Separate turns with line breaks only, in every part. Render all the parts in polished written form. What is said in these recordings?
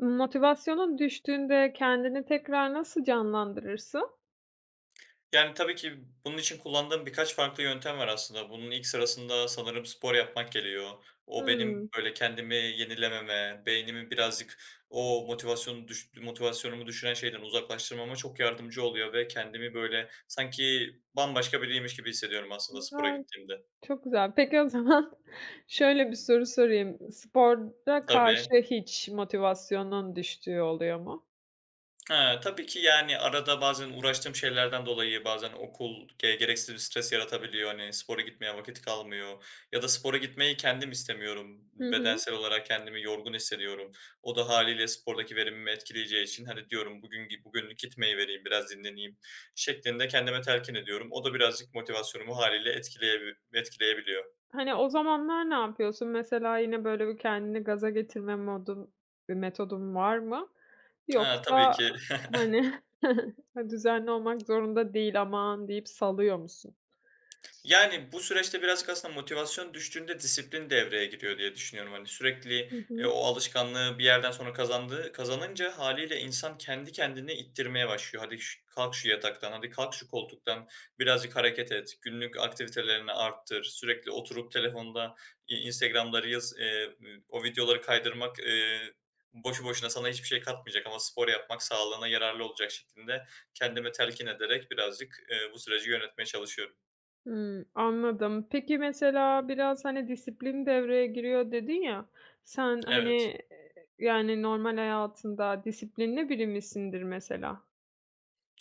Motivasyonun düştüğünde kendini tekrar nasıl canlandırırsın?
Yani, tabii ki bunun için kullandığım birkaç farklı yöntem var aslında. Bunun ilk sırasında sanırım spor yapmak geliyor. O benim,
Hımm.
böyle, kendimi yenilememe, beynimi birazcık o motivasyonu motivasyonumu düşüren şeyden uzaklaştırmama çok yardımcı oluyor ve kendimi, böyle, sanki bambaşka biriymiş gibi hissediyorum aslında spora
Ya,
gittiğimde.
çok güzel. Peki o zaman şöyle bir soru sorayım. Spora karşı
Tabii.
hiç motivasyonun düştüğü oluyor mu?
He, tabii ki, yani, arada bazen uğraştığım şeylerden dolayı bazen okul gereksiz bir stres yaratabiliyor. Hani, spora gitmeye vakit kalmıyor ya da spora gitmeyi kendim istemiyorum.
Hı hı.
Bedensel olarak kendimi yorgun hissediyorum. O da hâliyle spordaki verimimi etkileyeceği için, hani, diyorum bugünlük gitmeyi vereyim, biraz dinleneyim şeklinde kendime telkin ediyorum. O da birazcık motivasyonumu hâliyle etkileyebiliyor.
Hani, o zamanlar ne yapıyorsun? Mesela yine böyle bir kendini gaza getirme modun, bir metodun var mı?
He, tabii
Yoksa,
ki.
hani, düzenli olmak zorunda değil, "Aman!" deyip salıyor musun?
Yani, bu süreçte birazcık aslında motivasyon düştüğünde disiplin devreye giriyor diye düşünüyorum. Hani, sürekli,
Hı hı.
o alışkanlığı bir yerden sonra kazanınca haliyle insan kendi kendini ittirmeye başlıyor. "Hadi kalk şu yataktan, hadi kalk şu koltuktan, birazcık hareket et, günlük aktivitelerini arttır." Sürekli oturup telefonda Instagram'da reels, o videoları kaydırmak, boşu boşuna sana hiçbir şey katmayacak ama spor yapmak sağlığına yararlı olacak şeklinde kendime telkin ederek birazcık, bu süreci yönetmeye çalışıyorum.
Hımm, anladım. Peki, mesela biraz, hani, "Disiplin devreye giriyor." dedin ya, sen, hani,
Evet.
eee, yani, normal hayatında disiplinli biri misindir mesela?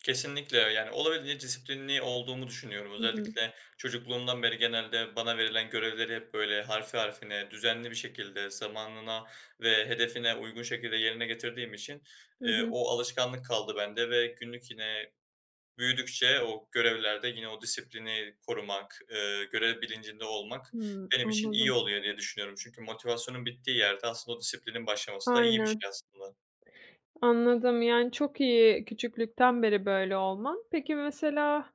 Kesinlikle, yani, olabildiğince disiplinli olduğumu düşünüyorum.
Hı hı.
Özellikle çocukluğumdan beri genelde bana verilen görevleri hep, böyle, harfi harfine, düzenli bir şekilde, zamanına ve hedefine uygun şekilde yerine getirdiğim için,
Hı hı.
o alışkanlık kaldı bende ve günlük yine büyüdükçe o görevlerde yine o disiplini korumak, görev bilincinde olmak
Hımm,
benim için iyi
anladım.
oluyor diye düşünüyorum. Çünkü motivasyonun bittiği yerde aslında o disiplinin başlaması da iyi bir
Aynen.
şey aslında.
Anladım. Yani, çok iyi küçüklükten beri böyle olman. Peki, mesela,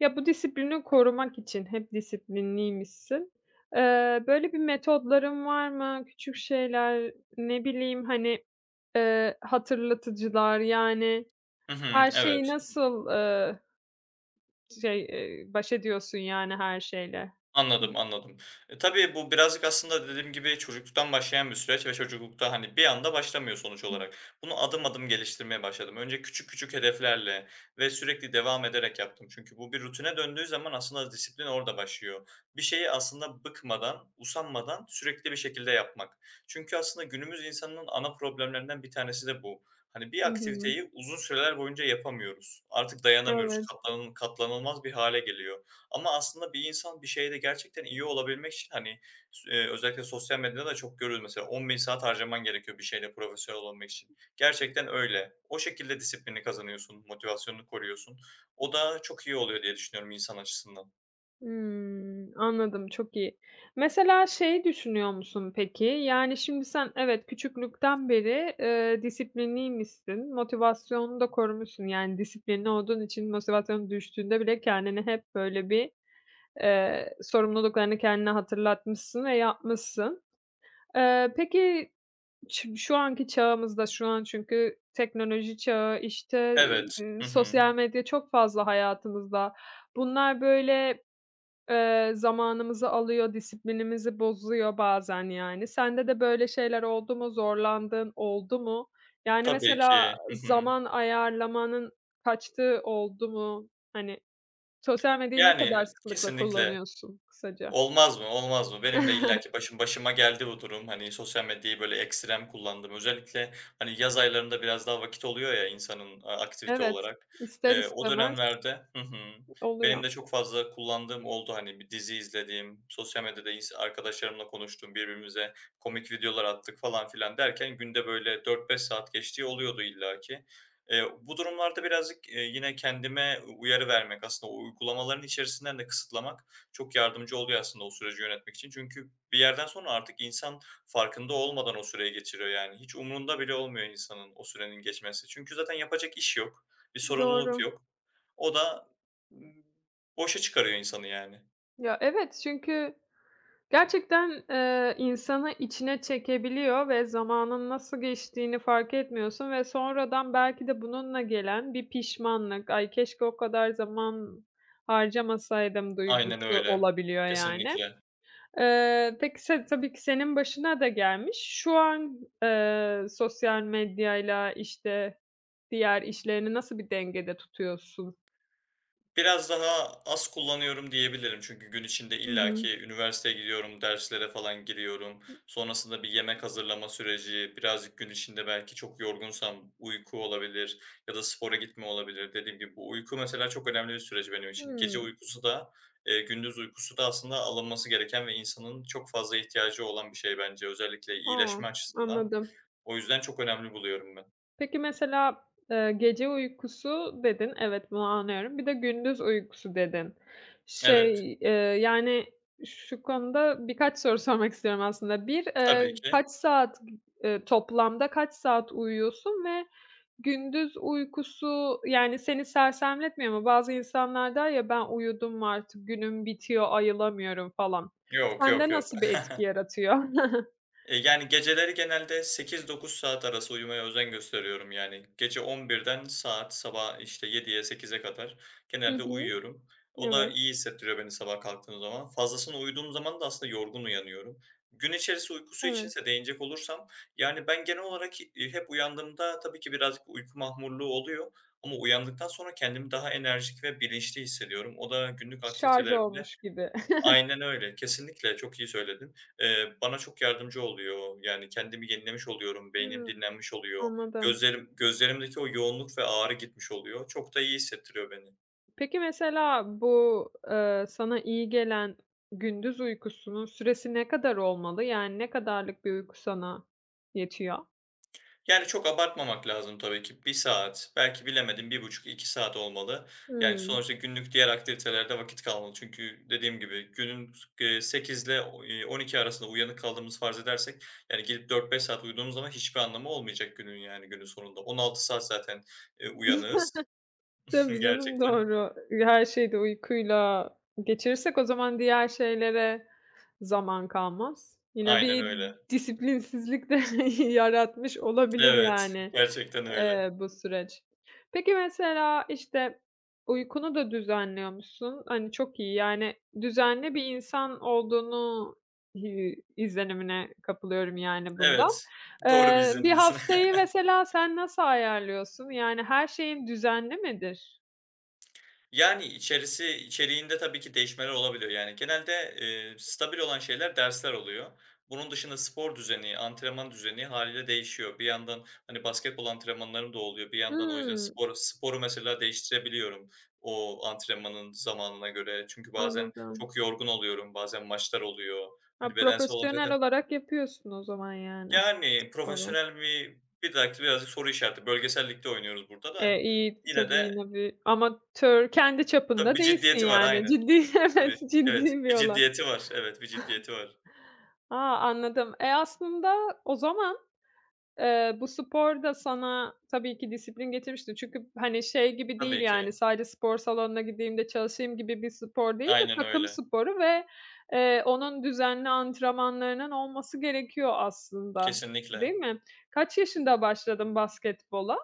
ya, bu disiplini korumak için hep disiplinliymişsin. Böyle bir metodların var mı? Küçük şeyler, ne bileyim, hani, hatırlatıcılar, yani,
Hı hı,
her şeyi
evet.
nasıl, şey, baş ediyorsun, yani, her şeyle? Hı.
Anladım, anladım. E, tabii bu birazcık aslında dediğim gibi çocukluktan başlayan bir süreç ve çocuklukta, hani, bir anda başlamıyor sonuç
Hı
olarak. Bunu adım adım geliştirmeye başladım. Önce küçük küçük hedeflerle ve sürekli devam ederek yaptım. Çünkü bu bir rutine döndüğü zaman aslında disiplin orada başlıyor. Bir şeyi aslında bıkmadan, usanmadan sürekli bir şekilde yapmak. Çünkü aslında günümüz insanının ana problemlerinden bir tanesi de bu. Hani, bir
hı. Hı.
aktiviteyi uzun süreler boyunca yapamıyoruz. Artık dayanamıyoruz.
Evet.
Katlanılmaz bir hale geliyor. Ama aslında bir insan bir şeyde gerçekten iyi olabilmek için, hani, s özellikle sosyal medyada da çok görüyoruz mesela 10.000 saat harcaman gerekiyor bir şeyde profesyonel olabilmek için. Gerçekten öyle. O şekilde disiplini kazanıyorsun, motivasyonunu koruyorsun. O da çok iyi oluyor diye düşünüyorum insan açısından.
Hımm, anladım, çok iyi. Mesela şeyi düşünüyor musun peki? Yani, şimdi sen evet, küçüklükten beri, disiplinliymişsin, motivasyonunu da korumuşsun. Yani, disiplinli olduğun için motivasyonun düştüğünde bile kendini hep böyle bir, sorumluluklarını kendine hatırlatmışsın ve yapmışsın. Peki, şu anki çağımızda, şu an çünkü teknoloji çağı, işte,
Evet. Hı hı.
sosyal medya çok fazla hayatımızda. Bunlar böyle zamanımızı alıyor, disiplinimizi bozuyor bazen yani. Sende de böyle şeyler oldu mu? Zorlandığın oldu mu? Yani,
Tabii
mesela
ki. Hı hı.
zaman ayarlamanın kaçtığı oldu mu? Hani, sosyal medyayı ne
Yani
kadar sıklıkla
kesinlikle.
kullanıyorsun kısaca?
Olmaz mı, olmaz mı? Benim de illaki başım başıma geldi bu durum. Hani, sosyal medyayı, böyle, ekstrem kullandım. Özellikle, hani, yaz aylarında biraz daha vakit oluyor ya insanın aktivite
Evet,
olarak.
ister
O
istemez
dönemlerde. Hı hı. Benim
oluyor.
de çok fazla kullandığım oldu. Hani, bir dizi izlediğim, sosyal medyada arkadaşlarımla konuştuğum, birbirimize komik videolar attık falan filan derken günde, böyle, 4-5 saat geçtiği oluyordu illaki. Bu durumlarda birazcık, yine kendime uyarı vermek, aslında o uygulamaların içerisinden de kısıtlamak çok yardımcı oluyor aslında o süreci yönetmek için. Çünkü bir yerden sonra artık insan farkında olmadan o süreyi geçiriyor yani. Hiç umrunda bile olmuyor insanın o sürenin geçmesi. Çünkü zaten yapacak iş yok, bir sorumluluk
Doğru.
yok. O da, boşa çıkarıyor insanı yani.
Ya, evet çünkü gerçekten, insanı içine çekebiliyor ve zamanın nasıl geçtiğini fark etmiyorsun ve sonradan belki de bununla gelen bir pişmanlık, "Ay, keşke o kadar zaman harcamasaydım."
Aynen
duygusu
öyle.
olabiliyor yani.
Kesinlikle.
Peki tabii ki senin başına da gelmiş. Şu an, sosyal medyayla, işte, diğer işlerini nasıl bir dengede tutuyorsun?
Biraz daha az kullanıyorum diyebilirim. Çünkü gün içinde
Hı hı.
illaki üniversiteye gidiyorum, derslere falan giriyorum. Sonrasında bir yemek hazırlama süreci, birazcık gün içinde belki çok yorgunsam uyku olabilir ya da spora gitme olabilir. Dediğim gibi bu uyku mesela çok önemli bir süreç benim için. Gece
Hımm.
uykusu da, gündüz uykusu da aslında alınması gereken ve insanın çok fazla ihtiyacı olan bir şey bence özellikle
A!
iyileşme açısından.
Anladım.
O yüzden çok önemli buluyorum ben.
Peki, mesela, "gece uykusu" dedin. Evet, bunu anlıyorum. Bir de "gündüz uykusu" dedin.
Evet,
Şey, yani, şu konuda birkaç soru sormak istiyorum aslında. Bir
tabii ki.
kaç saat, toplamda kaç saat uyuyorsun ve gündüz uykusu, yani, seni sersemletmiyor mu? Bazı insanlar der ya, "Ben uyudum artık, günüm bitiyor, ayılamıyorum." falan.
Yok,
Sende
yok, yok.
nasıl bir etki yaratıyor?
Yani geceleri genelde 8-9 saat arası uyumaya özen gösteriyorum yani. Gece 11'den saat sabah, işte, 7'ye 8'e kadar
Hı
genelde
hı.
uyuyorum. O da
Evet,
iyi hissettiriyor beni sabah kalktığım zaman. Fazlasını uyuduğum zaman da aslında yorgun uyanıyorum. Gün içerisi uykusu
evet.
içinse değinecek olursam, yani, ben genel olarak, hep uyandığımda tabii ki birazcık uyku mahmurluğu oluyor ama uyandıktan sonra kendimi daha enerjik ve bilinçli hissediyorum. O da günlük
Şarj
aktivitelerimde.
olmuş gibi.
Aynen öyle. Kesinlikle, çok iyi söyledin. Bana çok yardımcı oluyor. Yani kendimi yenilemiş oluyorum, beynim
Hıı.
dinlenmiş oluyor,
Anladım.
gözlerimdeki o yoğunluk ve ağrı gitmiş oluyor. Çok da iyi hissettiriyor beni.
Peki, mesela bu, sana iyi gelen gündüz uykusunun süresi ne kadar olmalı? Yani ne kadarlık bir uyku sana yetiyor?
Yani, çok abartmamak lazım tabii ki. Bir saat, belki bilemedim bir buçuk iki saat olmalı. Yani,
Hımm.
sonuçta günlük diğer aktivitelerde vakit kalmalı. Çünkü dediğim gibi günün, 8'le o 12 arasında uyanık kaldığımızı farz edersek, yani, gidip 4-5 saat uyuduğumuz zaman hiçbir anlamı olmayacak günün, yani, günün sonunda. 16 saat zaten, uyanığız
Tabii canım,
gerçekten.
doğru. Her şeyi de uykuyla geçirirsek o zaman diğer şeylere zaman kalmaz. Yine
Aynen
bir
öyle.
disiplinsizlik de yaratmış olabilir
Evet,
yani.
gerçekten öyle.
Bu süreç. Peki, mesela, işte, uykunu da düzenliyormuşsun. Hani, çok iyi. Yani, düzenli bir insan olduğunu izlenimine kapılıyorum, yani, bundan.
Evet, doğru bir
Bir
izlenimdesin.
haftayı mesela sen nasıl ayarlıyorsun? Yani, her şeyin düzenli midir?
Yani, içeriğinde tabii ki değişmeler olabiliyor. Yani, genelde, stabil olan şeyler dersler oluyor. Bunun dışında spor düzeni, antrenman düzeni hâliyle değişiyor. Bir yandan, hani, basketbol antrenmanlarım da oluyor. Bir yandan o yüzden
Hımm,
sporu mesela değiştirebiliyorum o antrenmanın zamanına göre. Çünkü bazen
anladım.
çok yorgun oluyorum, bazen maçlar oluyor.
Ha,
Hani, bedensel olarak
profesyonel
zaten.
olarak yapıyorsun o zaman, yani.
Yani,
Doğru.
profesyonel mi bir dakika birazcık soru işareti. Bölgesel ligde oynuyoruz burada
E,
da.
iyi,
Yine
tabii
de
yine bir amatör, kendi
tabii
çapında
bir
değilsin,
ciddiyeti var.
yani.
Aynı.
Ciddi,
Tabii,
evet,
evet.
ciddi bir
Bir
olay.
ciddiyeti var. Evet, bir ciddiyeti var.
A, anladım. E, aslında o zaman, bu spor da sana tabii ki disiplin getirmiştir. Çünkü, hani, şey gibi değil,
Tabii
yani,
ki.
sadece spor salonuna gideyim de çalışayım gibi bir spor değil de
Aynen
takım
öyle.
sporu ve, onun düzenli antrenmanlarının olması gerekiyor aslında,
Kesinlikle.
değil mi? Kaç yaşında başladın basketbola?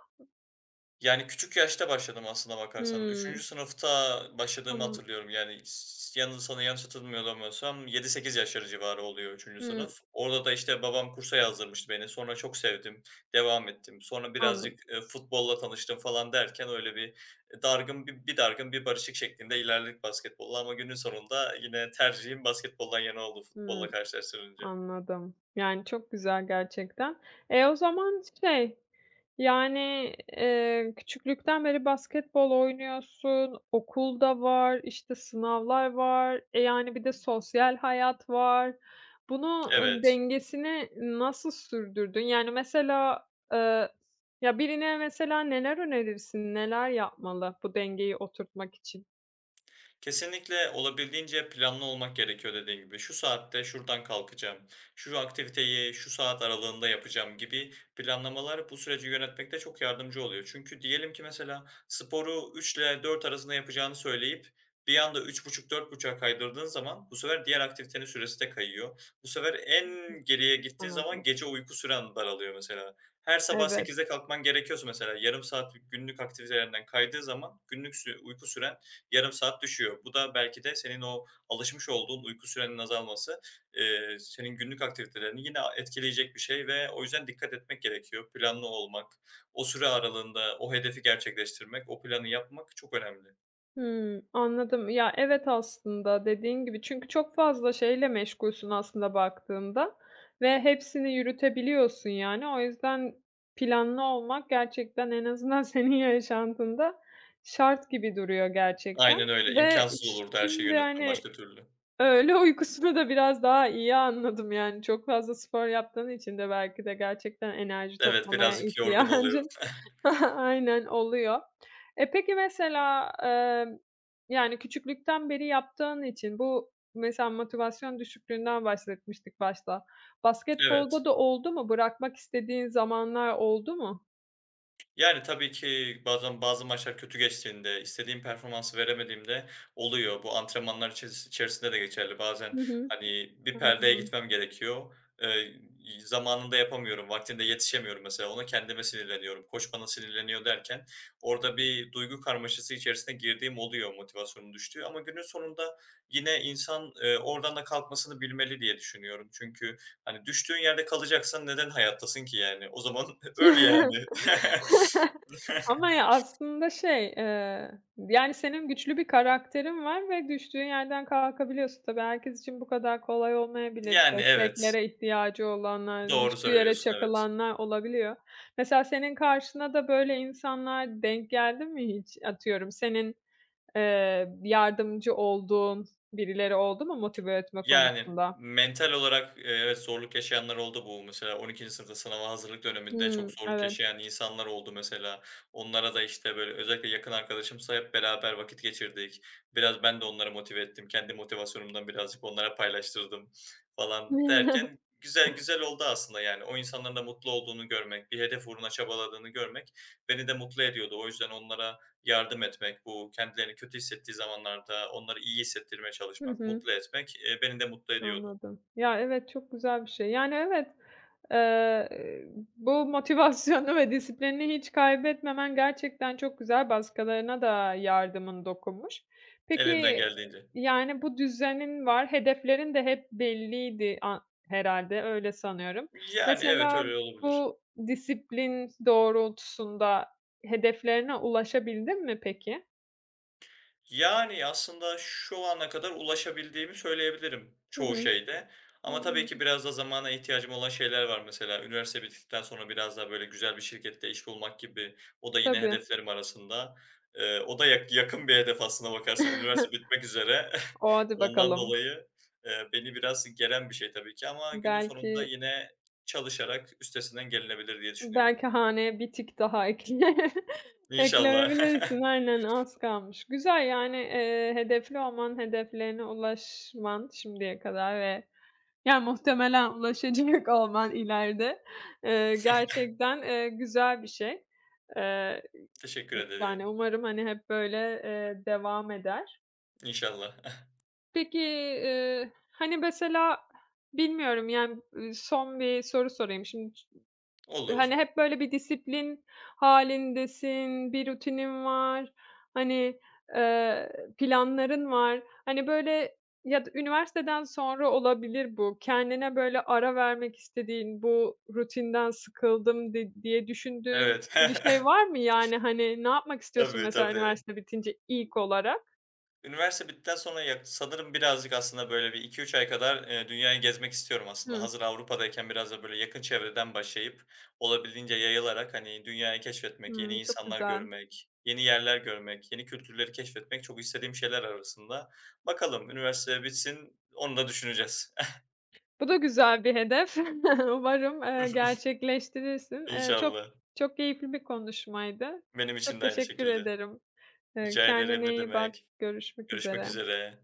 Yani küçük yaşta başladım aslına bakarsan.
Hımm,
Üçüncü sınıfta başladığımı
tamam.
hatırlıyorum. Yani sana yanlış hatırlamıyorsam 7-8 yaşları civarı oluyor üçüncü
Hımm,
sınıf. Orada da, işte, babam kursa yazdırmıştı beni. Sonra çok sevdim, devam ettim. Sonra
anladım.
birazcık, futbolla tanıştım falan derken öyle bir, dargın bi bir dargın bir barışık şeklinde ilerledik basketbolla ama günün sonunda yine tercihim basketboldan yana oldu
Hımm.
futbolla karşılaştırınca.
Anladım. Yani, çok güzel gerçekten. E, o zaman şey, yani, küçüklükten beri basketbol oynuyorsun, okulda var, işte, sınavlar var, e, yani, bir de sosyal hayat var. Bunu
Evet.
dengesini nasıl sürdürdün? Yani, mesela, eee, ya, birine mesela neler önerirsin? Neler yapmalı bu dengeyi oturtmak için?
Kesinlikle olabildiğince planlı olmak gerekiyor dediğin gibi. Şu saatte şuradan kalkacağım, şu aktiviteyi şu saat aralığında yapacağım gibi planlamalar bu süreci yönetmekte çok yardımcı oluyor. Çünkü diyelim ki mesela sporu 3 ile 4 arasında yapacağını söyleyip bir anda üç buçuk dört 4.30'a kaydırdığın zaman bu sefer diğer aktivitenin süresi de kayıyor. Bu sefer en geriye gittiğin zaman
Anladım.
gece uyku süren daralıyor mesela. Her sabah
Evet.
sekizde kalkman gerekiyorsa mesela yarım saat günlük aktivitelerinden kaydığı zaman günlük uyku süren yarım saat düşüyor. Bu da belki de senin o alışmış olduğun uyku sürenin azalması, senin günlük aktivitelerini yine etkileyecek bir şey ve o yüzden dikkat etmek gerekiyor. Planlı olmak, o süre aralığında o hedefi gerçekleştirmek, o planı yapmak çok önemli.
Hımm, anladım. Ya, evet aslında dediğin gibi çünkü çok fazla şeyle meşgulsün aslında baktığında ve hepsini yürütebiliyorsun, yani. O yüzden planlı olmak gerçekten en azından senin yaşantında şart gibi duruyor gerçekten
Aynen öyle,
ve
imkânsız olurdu her şeyi
şimdi,
yönetmen
hani,
başka türlü.
öğle uykusunu da biraz daha iyi anladım, yani, çok fazla spor yaptığın için de belki de gerçekten enerji
Evet,
toplamaya
birazcık yorgun oluyorum.
ihtiyacın aynen, oluyor. E, peki mesela, yani, küçüklükten beri yaptığın için bu mesela motivasyon düşüklüğünden bahsetmiştik başta.
Evet.
Basketbolda da oldu mu? Bırakmak istediğin zamanlar oldu mu?
Yani, tabii ki bazen bazı maçlar kötü geçtiğinde, istediğim performansı veremediğimde oluyor. Bu antrenmanlar içerisinde de geçerli. Bazen,
Hı hı.
hani, bir perdeye
Anladım.
gitmem gerekiyor. Eee, Zamanında yapamıyorum, vaktinde yetişemiyorum mesela. Ona kendime sinirleniyorum. Koç bana sinirleniyor derken orada bir duygu karmaşası içerisine girdiğim oluyor, motivasyonum düştüğü ama günün sonunda yine insan, oradan da kalkmasını bilmeli diye düşünüyorum. Çünkü, hani, düştüğün yerde kalacaksan neden hayattasın ki yani? O zaman öl yani.
Ama ya, aslında şey, yani, senin güçlü bir karakterin var ve düştüğün yerden kalkabiliyorsun. Tabii herkes için bu kadar kolay olmayabilir.
Yani, evet.
Desteklere ihtiyacı olanlar,
Doğru
düştüğü yere
söylüyorsun, evet.
çakılanlar olabiliyor. Mesela senin karşına da böyle insanlar denk geldi mi hiç? Atıyorum senin, yardımcı olduğun birileri oldu mu motive etme
Yani,
konusunda?
mental olarak, evet, zorluk yaşayanlar oldu bu. Mesela 12. sınıfta sınava hazırlık döneminde
Hımm,
çok zorluk
evet.
yaşayan insanlar oldu mesela. Onlara da, işte, böyle, özellikle yakın arkadaşımsa hep beraber vakit geçirdik. Biraz ben de onları motive ettim. Kendi motivasyonumdan birazcık onlara paylaştırdım falan derken güzel güzel oldu aslında, yani. O insanların da mutlu olduğunu görmek, bir hedef uğruna çabaladığını görmek beni de mutlu ediyordu. O yüzden onlara yardım etmek, bu kendilerini kötü hissettiği zamanlarda onları iyi hissettirmeye
Hı
çalışmak,
hı.
mutlu etmek, beni de mutlu ediyordu
Anladım. Ya, evet, çok güzel bir şey. Yani, evet, eee, bu motivasyonu ve disiplinini hiç kaybetmemen gerçekten çok güzel. Başkalarına da yardımın dokunmuş. Peki,
elimden geldiğince.
yani, bu düzenin var, hedeflerin de hep belliydi herhalde. Öyle sanıyorum.
Yani evet,
Mesela
öyle olabilir.
bu disiplin doğrultusunda hedeflerine ulaşabildin mi peki?
Yani, aslında şu ana kadar ulaşabildiğimi söyleyebilirim
Hı
çoğu
hı.
şeyde ama tabii ki
Anladım.
biraz da zamana ihtiyacım olan şeyler var. Mesela üniversite bittikten sonra biraz daha, böyle, güzel bir şirkette iş bulmak gibi. O da yine
Tabii.
hedeflerim arasında. O da yakın bir hedef aslına bakarsan. Üniversite bitmek üzere.
O, hadi
Ondan
bakalım.
dolayı, beni biraz geren bir şey tabii ki ama günün sonunda
Belki
yine çalışarak üstesinden gelinebilir diye düşünüyorum.
Belki haneye bir tik daha ekle
İnşallah.
ekleyebilirsin. Aynen, az kalmış. Güzel, yani, hedefli olman, hedeflerine ulaşman şimdiye kadar ve yani muhtemelen ulaşacak olman ileride, gerçekten, güzel bir şey. Eee,
Teşekkür
yani
ederim.
umarım, hani, hep böyle, devam eder.
İnşallah.
Peki, hani, mesela bilmiyorum, yani, son bir soru sorayım. Şimdi hani,
Olur.
hep böyle bir disiplin halindesin, bir rutinin var, hani, eee, planların var. Hani, böyle ya da üniversiteden sonra olabilir bu. Kendine böyle ara vermek istediğin, bu rutinden sıkıldım diye düşündüğün
Evet.
bir şey var mı? Yani, hani, ne yapmak istiyorsun
Tabii,
mesela
tabii.
üniversite bitince ilk olarak?
Üniversite bittikten sonra sanırım birazcık aslında böyle bir iki üç ay kadar, dünyayı gezmek istiyorum aslında.
Hı.
Hazır Avrupa'dayken biraz da böyle yakın çevreden başlayıp olabildiğince yayılarak, hani, dünyayı keşfetmek,
Hımm,
yeni
çok
insanlar
güzel.
görmek, yeni yerler görmek, yeni kültürleri keşfetmek çok istediğim şeyler arasında. Bakalım üniversite bitsin, onu da düşüneceğiz.
Bu da güzel bir hedef. Umarım, gerçekleştirirsin.
İnşallah.
Çok keyifli bir konuşmaydı.
Benim
Çok
için de aynı
teşekkür
şekilde.
ederim.
Rica ederim,
Kendine
ne
iyi bak.
demek.
Görüşmek
Görüşmek
üzere.
üzere.